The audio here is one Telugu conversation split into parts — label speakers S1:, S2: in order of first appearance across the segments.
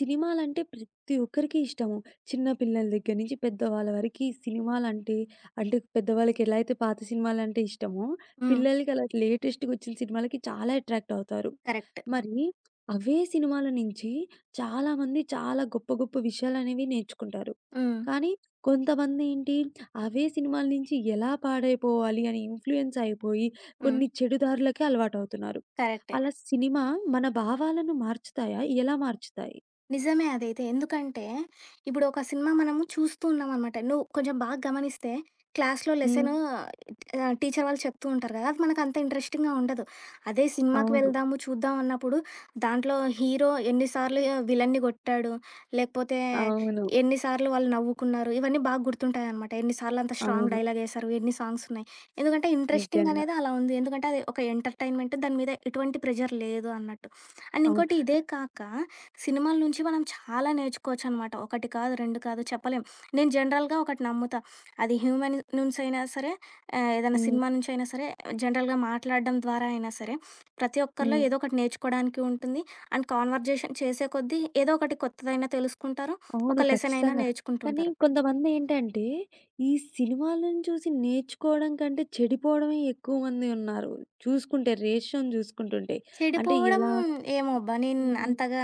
S1: సినిమాలంటే ప్రతి ఒక్కరికి ఇష్టము. చిన్న పిల్లల దగ్గర నుంచి పెద్దవాళ్ళ వరకి సినిమాలంటే అంటే పెద్దవాళ్ళకి ఎలా అయితే పాత సినిమాలంటే ఇష్టమో,
S2: హ్మ్.
S1: పిల్లలకి అలా లేటెస్ట్‌గొచ్చిన సినిమాలకి చాలా అట్రాక్ట్ అవుతారు.
S2: కరెక్ట్.
S1: మరి అవే సినిమాల నుంచి చాలామంది చాలా గొప్ప గొప్ప విషయాలనేవి నేర్చుకుంటారు.
S2: హ్మ్.
S1: కానీ కొంతమంది ఏంటి అవే సినిమాల నుంచి ఎలా పాడైపోవాలి అని ఇన్‌ఫ్లూయెన్స్ అయిపోయి
S2: హ్మ్.
S1: కొన్ని చెడు దారులకే అలవాటవుతున్నారు.
S2: కరెక్టే.
S1: అలా సినిమా మన భావాలను మార్చుతాయా? ఎలా మార్చుతాయి?
S2: నిజమే అదైతే. ఎందుకంటే, ఇప్పుడు ఒక సినిమా మనము చూస్తూ ఉన్నామనమాట. నువ్వు కొంచెం బాగా గమనిస్తే క్లాస్‌లో
S1: హ్మ్.
S2: లెసను టీచర్ వాళ్ళు చెప్తూ ఉంటారు కదా! అది మనకు అంత ఇంట్రెస్టింగ్‌గా ఉండదు. అదే సినిమాకి
S1: అవును.
S2: వెళ్దాము, చూద్దాం అన్నప్పుడు దాంట్లో హీరో ఎన్ని సార్లు విలన్ని గొట్టాడు, లేకపోతే
S1: అవును.
S2: ఎన్ని సార్లు వాళ్ళు నవ్వుకున్నారు, ఇవన్నీ బాగా గుర్తుంటాయనమాట. ఎన్ని సార్లు అంత స్ట్రాంగ్
S1: అవును.
S2: డైలాగ్ ఏసారు, ఎన్ని సాంగ్స్ ఉన్నాయి. ఎందుకంటే, ఇంట్రెస్టింగ్
S1: నిజంగా.
S2: అనేది అలా ఉంది. ఎందుకంటే, అది ఒక ఎంటర్‌టైన్‌మెంట్ దాని మీద ఎటువంటి ప్రెషర్ లేదు అన్నట్టు. అండ్
S1: అవును.
S2: ఇంకోటి ఇదే కాక సినిమాల నుంచి మనం చాలా నేర్చుకోవచ్చనమాట. ఒకటి కాదు, 2 కాదు చెప్పలేం. నేను జనరల్‌గా ఒకటి నమ్ముతా. అది హ్యూమన్ నుంచైనా సరే, ఏదైనా
S1: హ్మ్.
S2: సినిమా నుంచైనా సరే, జనరల్‌గా మాట్లాడడం ద్వారా అయినా సరే, ప్రతి ఒక్కరిలో
S1: హ్మ్.
S2: ఏదో ఒకటి నేర్చుకోవడానికి ఉంటుంది. అండ్ కాన్వర్జేషన్ చేసే కొద్దీ ఏదో ఒకటి కొత్తదైనా తెలుసుకుంటారు.
S1: అవును.
S2: ఒక లెసన్ అయినా
S1: ఖచ్చితంగా. కానీ
S2: నేర్చుకుంటుంటారు.
S1: కొంతమందేంటంటే, ఈ సినిమాలను చూసి నేర్చుకోవడం కంటే, చెడిపోవడమే ఎక్కువ మంది ఉన్నారు. చూసుకుంటే రేషియోని చూసుకుంటుంటే. అంటే
S2: చెడిపోవడం
S1: ఎలా
S2: ఏమో అబ్బా! నేను
S1: హ్మ్.
S2: అంతగా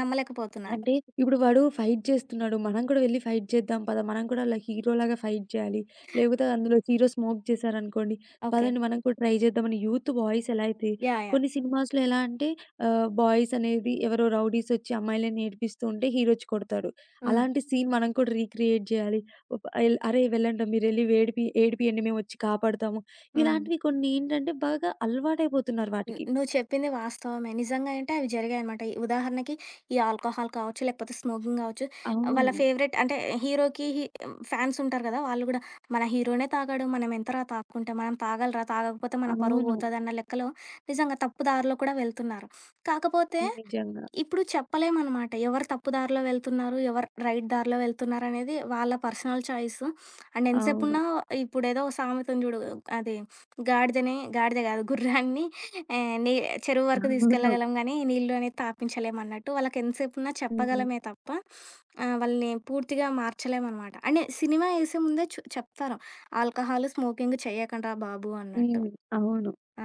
S2: నమ్మలేకపోతున్నా.
S1: అంటే ఇప్పుడు వాడు ఫైట్ చేస్తున్నాడు. మనం కూడా వెళ్లి ఫైట్ చేద్దాం పద. మనం కూడా అలా హీరోలాగా ఫైట్ చేయాలి. లేకపోతే అందులో హీరో స్మోక్ చేశారనుకోండి,
S2: ఓకే.
S1: పదండి మనం కూడా ట్రై చేద్దామని యూత్ బాయ్స్ ఎలా అయితే
S2: యాహ్! యాహ్!
S1: కొన్ని సినిమాస్‌లో ఎలా అంటే బాయ్స్ అనేది ఎవరో రౌడీస్ వచ్చి అమ్మాయిలని ఏడిపిస్తూ ఉంటే హీరో వచ్చి కొడతాడు.
S2: హ్మ్.
S1: అలాంటి సీన్ మనం కూడా రీక్రియేట్ చేయాలి. ఒ ఎల్ "అరే! వెళ్ళండ్రా మీరెళ్లి ఏడిపియండి మేమొచ్చి కాపాడుతాము."
S2: హ్మ్.
S1: ఇలాంటివి కొన్ని ఏంటంటే బాగా అలవాటైపోతున్నారు
S2: హ్మ్.
S1: వాటికి.
S2: నువ్వు చెప్పింది వాస్తవమే. నిజంగా అంటే అవి జరిగాయనమాట. ఉదాహరణకి ఈ ఆల్కహాల్ కావచ్చు, లేకపోతే స్మోకింగ్ కావచ్చు, వాళ్ళ
S1: అవును.
S2: ఫేవరెట్ అంటే హీరోకి ఫ్యాన్స్ ఉంటారు కదా! వాళ్ళు గూడా మన హీరోనే తాగాడు. మనం ఎంతరా తాక్కుంటే, మనం తాగాలిరా తాగకపోతే మన పరువు
S1: అవును.
S2: పోతదన్న లెక్కలో నిజంగా తప్పు దారిలో కూడా వెళ్తున్నారు. కాకపోతే
S1: నిజంగా.
S2: ఇప్పుడు చెప్పలేమనమాట. ఎవరు తప్పు దారిలో వెళ్తున్నారు, ఎవరు రైట్ దారిలో వెళ్తున్నారనేది వాళ్ళ పర్సనల్ చాయిస్. అండ్
S1: అవును.
S2: ఎంతసేపున్నా ఇప్పుడేదో సామెతుంది చూడు, అది గాడిదని గాడిద కాదు గుర్రాన్ని నీ చెరువు వరకు
S1: అవును.
S2: తీసుకెళ్ళగలం గానీ, నీళ్ళు అనేది తాపించలేమన్నట్టు. వాళ్ళకి ఎంతసేపున్నా
S1: హ్మ్.
S2: చెప్పగలమే తప్ప వాళ్ళని పూర్తిగా మార్చలేమనమాట. అండ్ సినిమా ఏసే ముందే చెప్తారు. ఆల్కహాలు, స్మోకింగ్ చేయకండ్రా బాబు అన్నట్టు.
S1: హ్మ్. అవును.
S2: ఆ!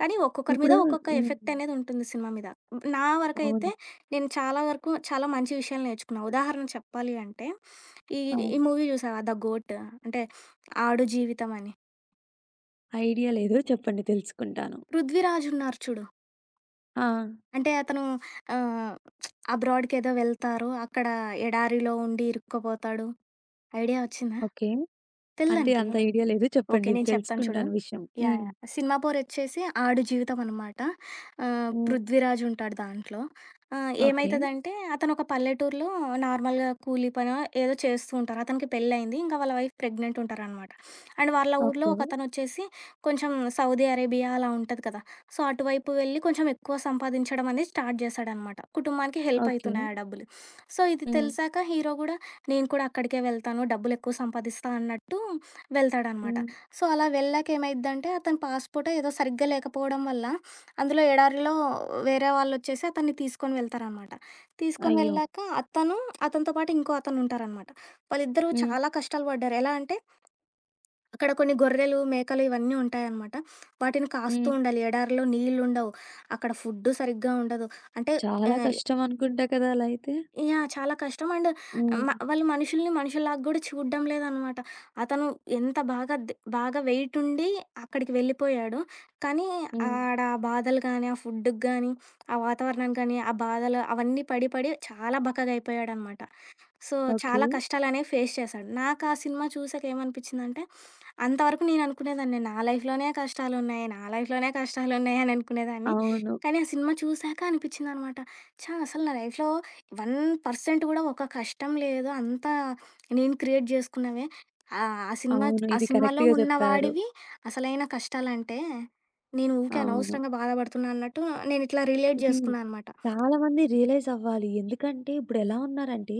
S2: కానీ ఒక్కొక్కరి
S1: ఇప్పుడు
S2: మీద ఒక్కొక్క
S1: హ్మ్.
S2: ఎఫెక్ట్ అనేది ఉంటుంది సినిమా మీద. నా వరకైతే
S1: అవును.
S2: నేను చాలా వరకు చాలా మంచి విషయాలు నేర్చుకున్నా. ఉదాహరణ చెప్పాలి అంటే ఈ
S1: ఆ!
S2: ఈ మూవీ చూసావా 'ద గోట్' అంటే 'ఆడు జీవితం' అని.
S1: ఐడియా లేదు. చెప్పండి తెలుసుకుంటాను.
S2: పృథ్వీరాజ్ ఉన్నారు చూడు.
S1: ఆ!
S2: అంటే అతను ఆహ్, అబ్రాడ్‌కి ఏదో వెళ్తారు. అక్కడ ఎడారిలో ఉండి ఇరుక్కుపోతాడు. ఐడియా వచ్చిందా?
S1: ఓకే.
S2: తెలీదా
S1: అంటే
S2: నీకి?
S1: అంత ఐడియా లేదు.
S2: ఓకే.
S1: చెప్పండి
S2: నేను చెప్తాను చూడు.
S1: తెలుసుకుంటాను విషయం.
S2: యాహ్!
S1: హ్మ్.
S2: యాహ్! 'సినిమా పోరొచ్చేసి' ఆడు జీవితం అనమాట.
S1: హ్మ్.
S2: పృథ్వీరాజ్ ఉంటాడు దాంట్లో.
S1: ఓకే.
S2: ఏమైతదంటే అతను ఒక పల్లెటూరులో నార్మల్‌గా కూలీ పనో ఏదో చేస్తూ ఉంటారు. అతనికి పెళ్లయింది. ఇంకా వాళ్ళ వైఫ్ ప్రెగ్నెంట్ ఉంటారనమాట. అండ్ వాళ్ళ ఊర్లో
S1: ఓకే.
S2: ఒకతనొచ్చేసి కొంచెం సౌదీ అరేబియా అలా ఉంటది కదా! సో, అటువైపు వెళ్లి కొంచెం ఎక్కువ సంపాదించడం అనేది స్టార్ట్ చేశాడనమాట. కుటుంబానికి హెల్ప్
S1: ఓకే.
S2: అవుతున్నాయి ఆ డబ్బులు. సో, ఇది
S1: హ్మ్.
S2: తెలిసాక హీరో కూడా నేను కూడా అక్కడికే వెళ్తాను. డబ్బులెక్కువ సంపాదిస్తా అన్నట్టు వెళ్తాడనమాట.
S1: హ్మ్.
S2: సో, అలా వెళ్ళాక ఏమైద్దంటే అతని పాస్‌పోర్టో ఏదో సరిగ్గా లేకపోవడం వల్ల అందులో ఎడారిలో వేరే వాళ్ళొచ్చేసి అతన్ని తీసుకొని వెళ్తారనమాట. తీసుకొని
S1: అయ్యో!
S2: వెళ్ళాక అతను, అతనితో పాటు ఇంకో అతనుంటారనమాట. వాళ్ళిద్దరూ
S1: హ్మ్.
S2: చాలా కష్టాలు పడ్డారు. ఎలా అంటే అక్కడ కొన్ని గొర్రెలు, మేకలు ఇవన్నీ ఉంటాయనమాట. వాటిని కాస్తూ
S1: హ్మ్.
S2: ఉండాలి. ఎడారిలో నీళ్ళుండవు. అక్కడ ఫుడ్డు సరిగ్గా ఉండదు. అంటే
S1: చాలా
S2: ఆహ్,
S1: కష్టం అనుకుంటా కదా! అలా అయితే?
S2: యాహ్! చాలా కష్టం. అండ్
S1: హ్మ్.
S2: వాళ్ళు మనుషుల్ని మనుషుల్లాగా గూడా చూడ్డం లేదనమాట. అతను ఎంత బాగా ద్ బాగా వెయిట్ ఉండి అక్కడికి వెళ్ళిపోయాడు. కానీ
S1: హ్మ్.
S2: ఆ బాధలు గానీ, ఆ ఫుడ్‌కి గానీ, ఆ వాతావరణానికి గానీ, ఆ బాధలు అవన్నీ పడి పడి చాలా బక్కగయిపోయాడనమాట. So,
S1: okay.
S2: చాలా కష్టాలనేవి ఫేస్ చేశాడు. నాకు ఆ సినిమా చూసాక ఏమనిపించిందంటే అంతవరకు నేననుకునేదాన్ని. నా లైఫ్‌లోనే కష్టాలున్నాయి. నా లైఫ్‌లోనే కష్టాలున్నాయి అని అనుకునేదాన్ని.
S1: అవును.
S2: కానీ, ఆ సినిమా చూసాక అనిపిచ్చిందనమాట. ఛా! అసలు నా లైఫ్‌లో 1% కూడా ఒక కష్టం లేదు. అంతా నేను క్రియేట్ జేసుకున్నవే. ఆ సినిమా
S1: అవును.
S2: ఆ
S1: ఇది
S2: సినిమాలో
S1: కరెక్ట్‌గా
S2: ఉన్న
S1: చెప్పారు.
S2: వాడివి అసలైన కష్టాలంటే, నేను ఊకే
S1: అవును.
S2: అనవసరంగా బాధపడుతున్నా అన్నట్టు నేనిట్లా రిలేట్
S1: ఇది
S2: జేసుకున్నా అనమాట.
S1: చాలా మంది రియలైజ్ అవ్వాలి. ఎందుకంటే ఇప్పుడెలా ఉన్నారంటే,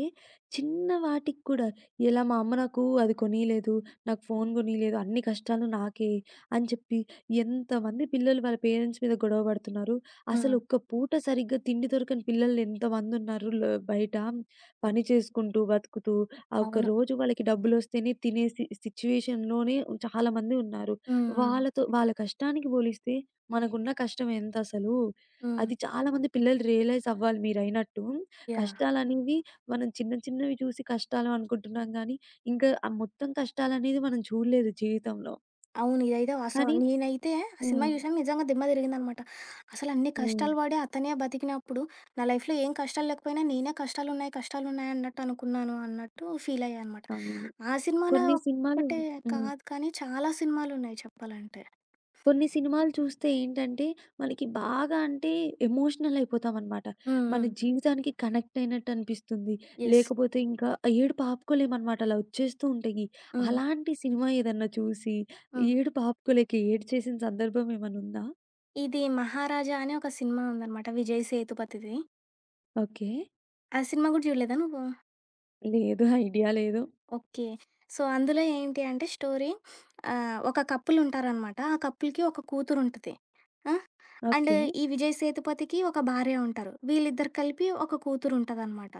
S1: చిన్న వాటికి కూడా ఇలా మా అమ్మ నాకు అది కొనీయలేదు, నాకు ఫోన్ కొనీయలేదు, అన్ని కష్టాలు నాకే అని చెప్పి ఎంతమంది పిల్లలు వాళ్ళ పేరెంట్స్ మీద గొడవ పడుతున్నారు. అసలు
S2: హ్మ్.
S1: ఒక్క పూట సరిగ్గా తిండి దొరకని పిల్లలు ఎంతమందున్నారు ల బయట. పని చేసుకుంటూ, బతుకుతూ ఆ ఒక్క
S2: అవును.
S1: రోజు వాళ్ళకి డబ్బులొస్తేనే తినే సి సిచ్యుయేషన్‌లోనే చాలామంది ఉన్నారు.
S2: హ్మ్. హ్మ్.
S1: వాళ్ళతో వాళ్ళ కష్టానికి పోలిస్తే మనకున్న కష్టం ఎంతసలు?
S2: హ్మ్.
S1: అది చాలామంది పిల్లలు రియలైజ్ అవ్వాలి మీరయినట్టు.
S2: యాహ్!
S1: కష్టాలనేవి మనం చిన్న చిన్నవి చూసి కష్టాలు అనుకుంటున్నాం గానీ, ఇంకా ఆ మొత్తం కష్టాలనేది మనం చూడలేదు జీవితంలో.
S2: అవును. ఇదైతే వాస్తవం.
S1: కానీ
S2: నేనైతే ఆ సినిమా
S1: హ్మ్.
S2: చూసాను. నిజంగా దిమ్మ తిరిగిందనమాట. అసలు అన్ని
S1: హ్మ్.
S2: కష్టాలు పడి అతనే బతికినప్పుడు, నా లైఫ్‌లో ఏం కష్టాలు లేకపోయినా నేనే కష్టాలున్నాయి, కష్టాలున్నాయి అన్నట్టు అనుకున్నాను అన్నట్టు ఫీల్ అయ్యా అనమాట.
S1: అవును.
S2: ఆ సినిమానే
S1: కొన్ని సినిమాలు
S2: ఒక్కటే
S1: హ్మ్.
S2: కాదు కానీ చాలా సినిమాలున్నాయి చెప్పాలంటే.
S1: కొన్ని సినిమాలు చూస్తే ఏంటంటే, మనకి బాగా అంటే ఎమోషనల్ అయిపోతామనమాట.
S2: హ్మ్.
S1: మన
S2: హ్మ్.
S1: జీవితానికి కనెక్ట్ అయినట్టు అనిపిస్తుంది.
S2: యెస్.
S1: లేకపోతే ఇంకా ఏడుపు ఆపుకోలేమనమాట. అలా వచ్చేస్తూ ఉంటాయి.
S2: హ్మ్.
S1: అలాంటి సినిమా ఏదన్నా చూసి,
S2: హ్మ్.
S1: ఏడుపు ఆపుకోలేక ఏడ్చేసిన సందర్భం ఏమైనా ఉందా?
S2: ఇది 'మహారాజా' అని ఒక సినిమా ఉందనమాట విజయ్ సేతుపతిది.
S1: ఓకే.
S2: ఆ సినిమా గూడా చూడలేదా నువ్వు?
S1: లేదు. ఐడియా లేదు.
S2: ఓకే. సో, అందులో ఏంటి అంటే స్టోరీ ఒక కపులుంటారనమాట. ఆ కపుల్‌కి ఒక కూతురుంటది. ఆ! And
S1: okay.
S2: ఈ విజయ్ సేతుపతికి ఒక భార్య ఉంటారు. వీళ్ళిద్దరు కలిపి ఒక కూతురుంటదనమాట.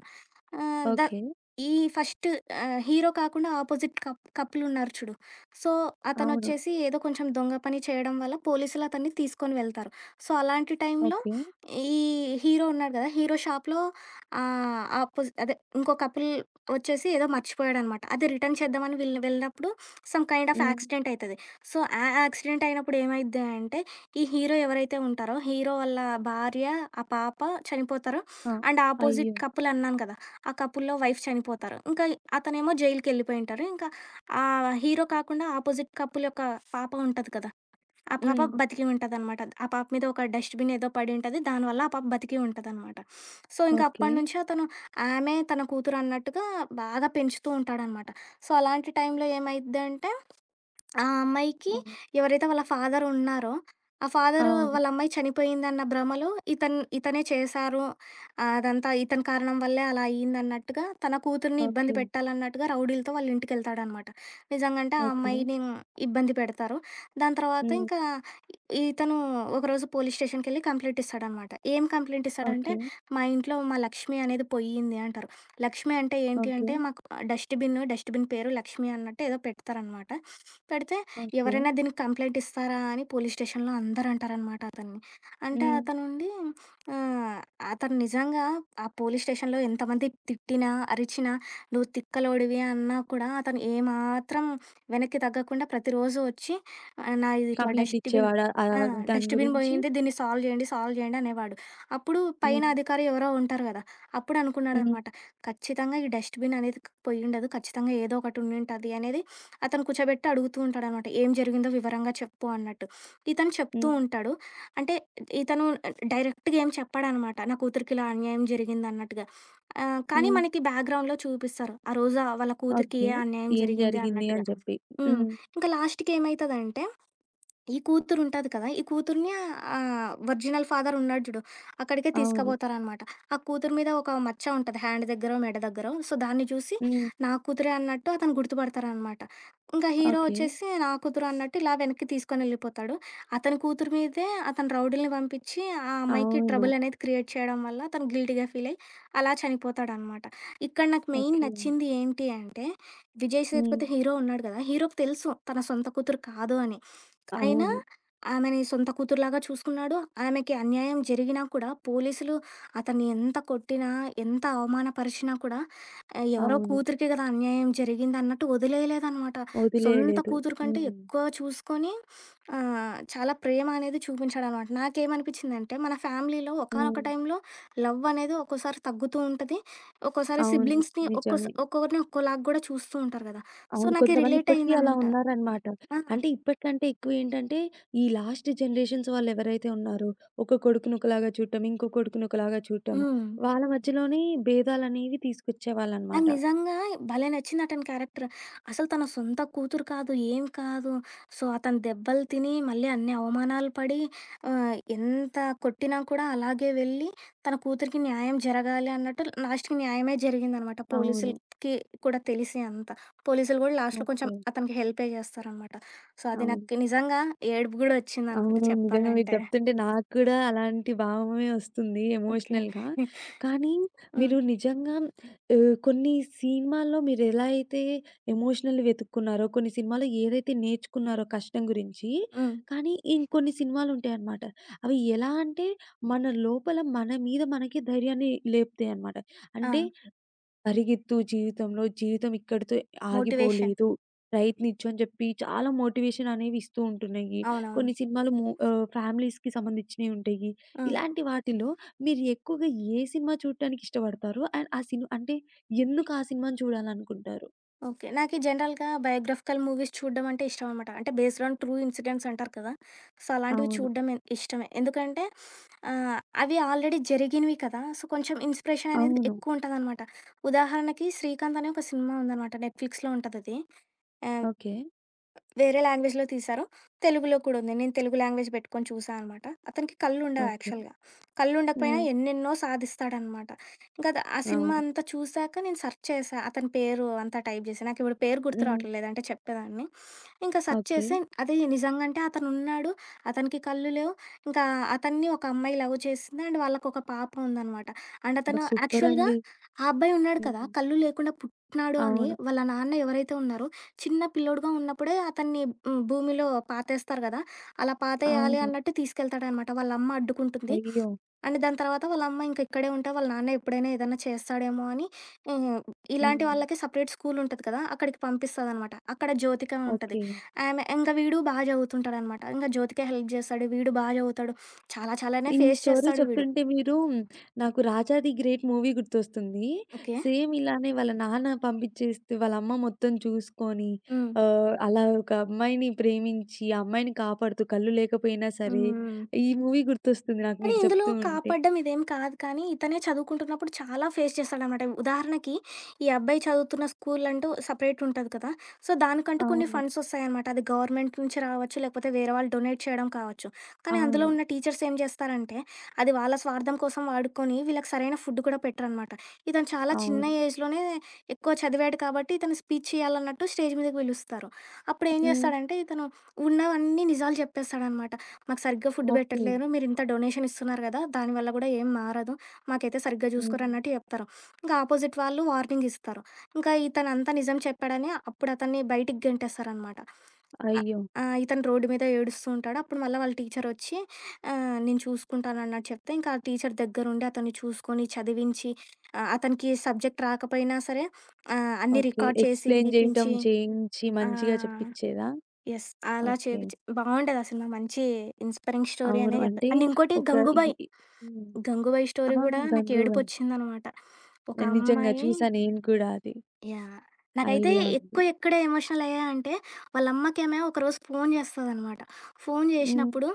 S2: ఆహ్, ద
S1: ఓకే.
S2: ఈ ఫస్ట్ హీరో కాకుండా ఆపోజిట్ కపులున్నారు చూడు. సో,
S1: అవును.
S2: అతనొచ్చేసి ఏదో కొంచెం దొంగ పని చేయడం వల్ల పోలీసులు అతన్ని తీసుకొని వెళ్తారు. సో, అలాంటి టైంలో
S1: ఓకే.
S2: ఈ హీరో ఉన్నాడు గదా! హీరో షాప్‌లో ఆహ్, ఆపోజి అదే ఇంకో కపుల్ వచ్చేసి ఏదో మర్చిపోయాడనమాట. అది రిటర్న్ చేద్దామని వెళ్ళినప్పుడు సమ్ కైండ్ ఆఫ్
S1: హ్మ్.
S2: యాక్సిడెంట్ అయితది. సో, ఆ యాక్సిడెంట్ అయినప్పుడు ఏమైద్ది అంటే, ఈ హీరో ఎవరైతే ఉంటారో, హీరో వాళ్ళ భార్య, ఆ పాప చనిపోతారు.
S1: ఆ!
S2: అండ్ ఆపోజిట్
S1: అయ్యో!
S2: కపుల్ అన్నాను కదా! ఆ కపుల్‌లో వైఫ్ చనిపోతారు. ఇంకా అతనేమో జైలుకెళ్ళిపోయుంటారు. ఇంకా ఆ హీరో కాకుండా ఆపోజిట్ కపుల్ యొక్క పాప ఉంటది కదా! ఆ పాప
S1: హ్మ్.
S2: బతికి ఉంటదనమాట. ఆ పాప మీద ఒక డస్ట్‌బిన్ ఏదో పడి ఉంటది. దానివల్ల ఆ పాప బతికి ఉంటదనమాట. సో, ఇంక
S1: ఓకే.
S2: అప్పటి నుంచి అతను ఆమె తన కూతురు అన్నట్టుగా బాగా పెంచుతూ ఉంటాడనమాట. సో, అలాంటి టైంలో ఏమైద్దంటే ఆ అమ్మాయికి
S1: హ్మ్.
S2: ఎవరైతే వాళ్ళ ఫాదర్ ఉన్నారో, ఆ ఫాదరు
S1: అవును.
S2: వాళ్ళ అమ్మాయి చనిపోయిందన్న భ్రమలో ఇతనే చేశారు. అదంతా ఇతని కారణం వల్లే అలా అయిందన్నట్టుగా తన కూతుర్ని ఇబ్బంది
S1: ఓకే.
S2: పెట్టాలన్నట్టుగా రౌడీలతో వాళ్ళ ఇంటికెళ్తాడనమాట. నిజంగంటే ఆ
S1: ఓకే.
S2: అమ్మాయిని ఇబ్బంది పెడతారు. దాని తర్వాత
S1: హ్మ్.
S2: ఇంకా ఇ- ఇతను ఒకరోజు పోలీస్ స్టేషన్‌కెళ్ళి కంప్లెయింట్ ఇస్తాడనమాట. ఏం కంప్లెయింట్ ఇస్తాడంటే,
S1: ఓకే.
S2: "మా ఇంట్లో మా లక్ష్మి అనేది పోయింది" అంటారు. లక్ష్మి అంటే ఏంటి
S1: ఓకే.
S2: అంటే, మాకు డస్ట్‌బిన్ పేరు లక్ష్మి అన్నట్టు ఏదో పెడతారనమాట. పెడితే
S1: ఓకే.
S2: ఎవరైనా దీనికి కంప్లెయింట్ ఇస్తారా అని పోలీస్ స్టేషన్‌లో అందరూ అంటారనమాట అతన్ని. అంటే
S1: హ్మ్.
S2: అతనుండి ఆహ్, అతను నిజంగా ఆ పోలీస్ స్టేషన్‌లో ఎంతమంది తిట్టినా, అరిచినా, "నువ్వు తిక్కలోడివి" అన్నా కూడా అతను ఏమాత్రం వెనక్కి తగ్గకుండా ప్రతిరోజు వచ్చి నాది ఇట్లా
S1: కంప్లెయింట్
S2: డస్ట్‌బిన్
S1: ఇచ్చేవాడా?
S2: ఆ!
S1: దాని
S2: డస్ట్‌బిన్
S1: గురించి?
S2: పోయింది. దీన్ని సాల్వ్ చేయండి, సాల్వ్ చేయండి అనేవాడు. అప్పుడు పైన
S1: హ్మ్.
S2: అధికారి ఎవరో ఉంటారు కదా! అప్పుడు
S1: హ్మ్.
S2: అనుకున్నాడనమాట. ఖచ్చితంగా ఈ డస్ట్‌బిన్ అనేది పోయుండదు. ఖచ్చితంగా ఏదో ఒకటి ఉండుంటది అనేది అతను కూర్చోబెట్టి అడుగుతూ ఉంటాడనమాట. ఏం జరిగిందో వివరంగా చెప్పు అన్నట్టు. ఇతను చెప్తూ
S1: హ్మ్.
S2: ఉంటాడు. అంటే ఇతను డైరెక్ట్‌గా ఏం చెప్పడనమాట. నా కూతురికి ఇలా అన్యాయం జరిగిందన్నట్టుగా. కానీ
S1: హ్మ్.
S2: మనకి బ్యాక్‌గ్రౌండ్‌లో చూపిస్తారు. ఆ రోజు ఆ వాళ్ళ కూతురికి
S1: ఓకే.
S2: ఏ అన్యాయం
S1: ఏం
S2: జరిగింది
S1: జరిగింది
S2: అన్నట్టుగా.
S1: అని జెప్పి.
S2: హ్మ్.
S1: హ్మ్.
S2: ఇంకా లాస్ట్‌కి ఏమైతదంటే ఈ కూతురుంటది కదా! ఈ కూతురిని ఒరిజినల్ ఫాదర్ ఉన్నాడు జూడు. అక్కడికే
S1: అవును.
S2: తీసుకుపోతారనమాట. ఆ కూతురు మీద ఒక మచ్చ ఉంటది. హ్యాండ్ దగ్గరో, మెడ దగ్గరో. సో, దాన్ని చూసి
S1: హ్మ్.
S2: నా కూతురే అన్నట్టు అతను గుర్తుపడతారనమాట. ఇంకా హీరో
S1: ఓకే.
S2: వచ్చేసి నా కూతురు అన్నట్టు ఇలా వెనక్కి తీసుకొనెళ్ళిపోతాడు. అతని కూతురు మీదే అతను రౌడీలని పంపించి ఆ అమ్మాయికి
S1: అవును.
S2: ట్రబుల్ అనేది క్రియేట్ చేయడం వల్ల తను గిల్టీ‌గా ఫీల్ అయ్యి అలా చనిపోతాడనమాట. ఇక్కడ నాకు మెయిన్
S1: ఓకే.
S2: నచ్చింది ఏంటి అంటే విజయ్
S1: హ్మ్.
S2: సేతుపతి హీరో ఉన్నాడు కదా! హీరోకి తెలుసు తన సొంత కూతురు కాదు అని. అయినా
S1: అవును.
S2: ఆమెని సొంత కూతురులాగా చూసుకున్నాడు. ఆమెకి అన్యాయం జరిగినా కూడా పోలీసులు అతన్ని ఎంత కొట్టినా, ఎంత అవమానపరిచినా కూడా ఎవరో
S1: అవును.
S2: కూతురికే కదా అన్యాయం జరిగిందన్నట్టు వదిలేయలేదనమాట. సొంత
S1: వదిలేయలేదు.
S2: కూతురు కంటే
S1: హ్మ్.
S2: ఎక్కువ చూసుకొని చాలా ప్రేమ అనేది చూపించాడనమాట. నాకేమనిపించిందంటే మన ఫ్యామిలీలో ఒకానొక
S1: హ్మ్.
S2: టైంలో లవ్ అనేది ఒక్కోసారి తగ్గుతూ ఉంటది. ఒక్కోసారి
S1: అవును.
S2: సిబ్లింగ్స్‌ని
S1: నిజమే.
S2: ఒక్కొక్కరిని ఒక్కోలాగా గూడా చూస్తూ ఉంటారు గదా! సో,
S1: అవును.
S2: నాకి
S1: కొంతమంది
S2: రిలేట్
S1: ఇప్పటికి అలా
S2: అయిందనమాట.
S1: ఉన్నారనమాట.
S2: ఆ!
S1: అంటే ఇప్పటికంటే ఎక్కువేంటంటే, ఈ లాస్ట్ జనరేషన్స్ వాళ్ళెవరైతే ఉన్నారో, ఒక కొడుకుని ఒకలాగా చూడటం, ఇంకో కొడుకుని ఒకలాగా చూడటం,
S2: హ్మ్.
S1: వాళ్ళ మధ్యలోనే భేదాలనేవి
S2: నాకు
S1: తీసుకొచ్చేవాళ్ళనమాట.
S2: నిజంగా భలే నచ్చింది అతని క్యారెక్టర్. అసలు తన సొంత కూతురు కాదు, ఏం కాదు. సో, అతను దెబ్బలు తిని, మళ్ళీ అన్ని అవమానాలు పడి, ఎంత కొట్టినా కూడా అలాగే వెళ్ళి, తన కూతురికి న్యాయం జరగాలి అన్నట్టు లాస్ట్‌కి న్యాయమే జరిగిందనమాట.
S1: అవును.
S2: పోలీసులకి కూడా తెలిసి అంతా. పోలీసులు గూడా లాస్ట్‌లో కొంచెం
S1: ఓకే.
S2: అతనికి హెల్పే చేస్తారనమాట. సో, అది
S1: అవును.
S2: నాకు నిజంగా ఏడుపు గూడా వచ్చిందనమాట
S1: అవును. నిజంగా మీరు
S2: చెప్పాలంటే.
S1: చెప్తుంటే నాకు కూడా అలాంటి భావమే వస్తుంది
S2: ఓకే.
S1: ఎమోషనల్‌గా. కానీ
S2: హ్మ్.
S1: మీరు నిజంగా కొన్ని సినిమాల్లో మీరెలా అయితే ఎమోషనల్ వెతుక్కున్నారో, కొన్ని సినిమాల్లో ఏదైతే నేర్చుకున్నారో కష్టం గురించి,
S2: హ్మ్.
S1: కానీ ఇంకొన్ని సినిమాలుంటాయన్నమాట. అవి ఎలా అంటే మన లోపల మన మీద మనకే ధైర్యాన్ని లేపుతాయన్నమాట.
S2: ఆ!
S1: అంటే పరిగెత్తు జీవితంలో, జీవితం ఇక్కడితో
S2: మోటివేషన్.
S1: ఆగిపోలేదు. ప్రయత్నించు అని చెప్పి చాలా మోటివేషన్ అనేవి ఇస్తూ ఉంటున్నయి.
S2: అవునవును.
S1: కొన్ని సినిమాలు మూ ఫ్యామిలీస్‌కి సంబంధించినయి ఉంటయి.
S2: హ్మ్.
S1: ఇలాంటి వాటిలో మీరు ఎక్కువగా ఏ సినిమా చూడటానికి ఇష్టపడతారు? అండ్ ఆ సినిమా అంటే ఎందుకు ఆ సినిమాని చూడాలనుకుంటారు?
S2: ఓకే. నాకీ జనరల్‌గా బయోగ్రాఫికల్ మూవీస్ చూడడం అంటే ఇష్టమనమాట. అంటే బేస్డ్ ఆన్ ట్రూ ఇన్సిడెంట్స్ అంటారు కదా! సో, అలాంటివి
S1: అవును.
S2: చూడడం ఇష్టమే. ఎందుకంటే ఆహ్, అవి ఆల్రెడీ జరిగినవి కదా! సో, కొంచెం ఇన్‌స్పిరేషన్ అనేది
S1: అవును.
S2: ఎక్కువుంటదనమాట. ఉదాహరణకి 'శ్రీకాంత్' అనే ఒక సినిమా ఉందనమాట. నెట్‌ఫ్లిక్స్‌లో ఉంటదది. ఆహ్
S1: ఓకే.
S2: వేరే లాంగ్వేజ్‌లో తీశారు. తెలుగులో కూడా ఉంది. నేను తెలుగు లాంగ్వేజ్ పెట్టుకొని చూసా అనమాట. అతనికి కళ్ళుండవు
S1: ఓకే.
S2: యాక్చువల్‌గా. కళ్ళుండకపోయినా
S1: హ్మ్.
S2: ఎన్నెన్నో సాధిస్తాడనమాట. ఇంకా ఆ సినిమా
S1: అవును.
S2: అంతా చూసాక నేను సెర్చ్ చేశా. అతని పేరు అంతా టైప్ చేశా. నాకిప్పుడు పేరు గుర్తు
S1: హ్మ్.
S2: రావట్లేదు లేదంటే చెప్పేదాన్ని. ఇంకా సెర్చ్
S1: ఓకే.
S2: చేసి అది నిజంగంటే అతనున్నాడు. అతనికి కళ్ళు లేవు. ఇంకా అతన్ని ఒక అమ్మాయి లవ్ చేసింది. అండ్ వాళ్ళకొక పాప ఉందనమాట. అండ్
S1: అబ్బా!
S2: అతను యాక్చువల్‌గా
S1: సూపరండి.
S2: ఆ అబ్బాయి ఉన్నాడు కదా!
S1: హ్మ్.
S2: కళ్ళు లేకుండా పుట్టినాడు అని
S1: అవును.
S2: వాళ్ళ నాన్న ఎవరైతే ఉన్నారో చిన్న పిల్లోడుగా ఉన్నప్పుడే అతన్ని భూమిలో పాతేస్తారు గదా! అలా పాతేయాలి
S1: అవును.
S2: అన్నట్టు తీసుకెళ్తాడనమాట. వాళ్ళమ్మ అడ్డుకుంటుంది.
S1: అయ్యో!
S2: అండ్ దాని తర్వాత వాళ్ళమ్మ ఇంక ఇక్కడే ఉంటే వాళ్ళ నాన్న ఎప్పుడైనా ఏదన్నా చేస్తాడేమో అని హ్మ్, ఇలాంటి
S1: హ్మ్.
S2: వాళ్ళకి సెపరేట్ స్కూలుంటది కదా! అక్కడికి పంపిస్తదనమాట. అక్కడ జ్యోతిక ఉంటది.
S1: ఓకే.
S2: ఆమె ఇంక వీడు బా చదువుతుంటాడనమాట. ఇంక జ్యోతికే హెల్ప్ చేస్తాడు. వీడు బా చదువుతాడు. చాలా చాలానే
S1: ఈ
S2: ఫేస్
S1: స్టోరీ
S2: చేస్తాడు వీడు.
S1: చెప్తుంటే మీరు నాకు 'రాజా ది గ్రేట్' మూవీ గుర్తొస్తుంది.
S2: ఓకే.
S1: సేమ్ ఇలానే వాళ్ళ నాన్న పంపించేస్తే వాళ్ళ అమ్మ మొత్తం చూసుకొని
S2: హ్మ్.
S1: అలా ఒక అమ్మాయిని ప్రేమించి, ఆ అమ్మాయిని కాపాడుతూ కళ్ళు లేకపోయినా సరే,
S2: హ్మ్.
S1: ఈ మూవీ గుర్తొస్తుంది నాకు
S2: కానీ
S1: మీరు
S2: ఇందులో
S1: చెప్తూ ఉంటే.
S2: కాపాడ్డం ఇదేం కాదు కానీ, ఇతనే చదువుకుంటున్నప్పుడు చాలా ఫేస్ చేస్తాడనమాట. ఉదాహరణకి, ఈ అబ్బాయి చదువుతున్న స్కూల్ అంటూ సెపరేట్ ఉంటది కదా! సో, దానికంటూ కొన్ని
S1: అవును.
S2: ఫండ్స్ ఒస్తాయనమాట. అది గవర్నమెంట్ నుంచి రావచ్చు, లేకపోతే వేరే వాళ్ళు డొనేట్ చేయడం కావచ్చు. కానీ అందులో
S1: అవును.
S2: ఉన్న టీచర్స్ ఏం జేస్తారంటే, అది వాళ్ళ స్వార్థం కోసం వాడుకొని, వీళ్ళకి సరైన ఫుడ్ కూడా పెట్టరనమాట. ఇతను చాలా చిన్న
S1: అవును.
S2: ఏజ్‌లోనే ఎక్కువ చదివాడు కాబట్టి, ఇతను స్పీచ్ ఇయ్యాలన్నట్టు స్టేజ్ మీదకి పిలుస్తారు. అప్పుడేం
S1: హ్మ్.
S2: జేస్తాడంటే, ఇతను ఉన్నవన్నీ నిజాలు జెప్పేస్తాడనమాట. మాకు సరిగ్గా ఫుడ్
S1: ఓకే.
S2: పెట్టట్లేదు, మీరింత డొనేషన్ ఇస్తున్నారు కదా! దానివల్ల గూడా ఏం మారదు. మాకైతే సరిగ్గా
S1: హ్మ్.
S2: చూసుకోరన్నట్టు చెప్తారు. ఇంకా అపోజిట్ వాళ్ళు వార్నింగ్ ఇస్తారు. ఇంకా ఇతనంతా నిజం చెప్పాడని అప్పుడు అతన్ని బయటికి గెంటేస్తారనమాట. అ
S1: అయ్యో!
S2: ఆ! ఇతను రోడ్డు మీద ఏడుస్తూ ఉంటాడు. అప్పుడు మళ్ళా వాళ్ళ టీచరొచ్చి నేను చూసుకుంటానన్నట్టు చెప్తే, ఇంకా ఆ టీచర్ దగ్గరుండి అతన్ని చూసుకొని, చదివించి అతనికి సబ్జెక్ట్ రాకపోయినా సరే అన్నీ
S1: ఓకే.
S2: రికార్డ్ చేసి
S1: ఎక్స్‌ప్లెయిన్ చేయటం,
S2: వినిపించి
S1: చేయించి
S2: ఆ!
S1: మంచిగా చెప్పించేదా?
S2: యెస్. అలా
S1: ఓకే.
S2: చేపిచ్చి బావుంటది ఆ సినిమా. మంచి ఇన్‌స్పైరింగ్ స్టోరీ
S1: అవును.
S2: అనే చెప్పాలి.
S1: అంటే
S2: అండ్ ఇంకోటి
S1: ఒక ఈ
S2: 'గంగూబాయ్',
S1: హ్మ్.
S2: 'గంగూబాయ్'
S1: ఆ!
S2: స్టోరీ గూడా నాకు
S1: 'గంగూబాయి.'
S2: ఏడుపొచ్చిందనమాట. ఒక
S1: నిజంగా
S2: అమ్మాయి
S1: చూసా నేను కూడా అది.
S2: యాహ్! నాకైతే
S1: ఐడియా ఉంది.
S2: ఎక్కువ ఎక్కడ ఎమోషనల్ అయ్యానంటే, వాళ్ళ అమ్మకేమో ఒకరోజు ఫోను చేస్తదనమాట. ఫోను
S1: హ్మ్.
S2: చేసినప్పుడు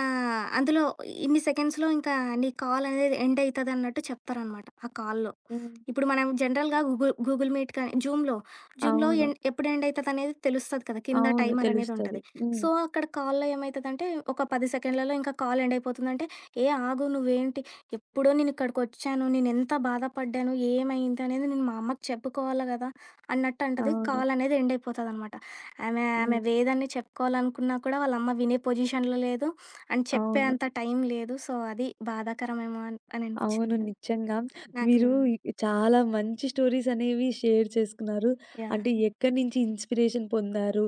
S2: అందులో ఇన్ని సెకండ్స్‌లో ఇంకా నీ కాల్ అనేది ఎండ్ అయితదన్నట్టు చెప్తారనమాట ఆ కాల్‌లో.
S1: హ్మ్.
S2: ఇప్పుడు మనం జనరల్‌గా గూగుల్ గూగుల్ మీట్ కానీ, జూమ్‌లో
S1: అవును.
S2: ఎప్పుడు ఎండ్ అయితదనేది తెలుస్తది కదా! కింద
S1: అవును.
S2: టైమర్ అనేది
S1: తెలుస్తది.
S2: ఉంటది.
S1: హ్మ్.
S2: సో, అక్కడ కాల్‌లో ఏమైతదంటే, ఒక 10 సెకండ్లలో ఇంకా కాల్ ఎండ్ అయిపోతుందంటే, "ఏ ఆగు నువ్వేంటి ఎప్పుడో నేనిక్కడికొచ్చాను. నేనెంత బాధపడ్డాను, ఏమైంది అనేది నేను మా అమ్మకి చెప్పుకోవాలి గదా! అన్నట్టు అంటది.
S1: అవును.
S2: కాల్ అనేది ఎండ్ అయిపోతదనమాట. ఆమె ఆమె
S1: హ్మ్.
S2: వేదాన్ని చెప్పుకోవాలనుకున్నా కూడా వాళ్ళమ్మ వినే పొజిషన్‌లో లేదు. అండ్ చెప్పే
S1: అవును.
S2: అంత టైం లేదు. సో, అది బాధాకరమేమో అని అని
S1: అవును.
S2: అనిపిచ్చింది
S1: నిజంగా. మీరు
S2: నాకేమో.
S1: ఈ- చాలా మంచి స్టోరీస్ అనేవి షేర్ చేసుకున్నారు.
S2: యాహ్!
S1: అంటే ఎక్కడి నుంచి ఇన్‌స్పిరేషన్ పొందారు?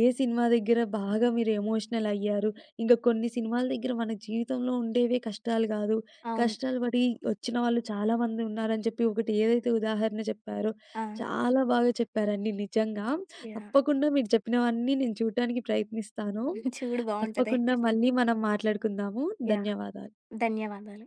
S1: ఏ సినిమా దగ్గర బాగా మీరు ఎమోషనల్ అయ్యారు? ఇంకా కొన్ని సినిమాల దగ్గర మన జీవితంలో ఉండేవే కష్టాలు కాదు.
S2: అవును.
S1: కష్టాలు పడి వచ్చిన వాళ్ళు చాలామంది ఉన్నారని చెప్పి ఒకటి ఏదైతే ఉదాహరణ చెప్పారో
S2: ఆ!
S1: చాలా బాగా చెప్పారండి నిజంగా.
S2: యాహ్!
S1: తప్పకుండా మీరు చెప్పినవన్నీ నేను చూడటానికి ప్రయత్నిస్తాను.
S2: చూడు బావుంటదే.
S1: తప్పకుండా మళ్ళీ మనం మాట్లాడుకుందాము.
S2: యాహ్!
S1: ధన్యవాదాలు.
S2: ధన్యవాదాలు.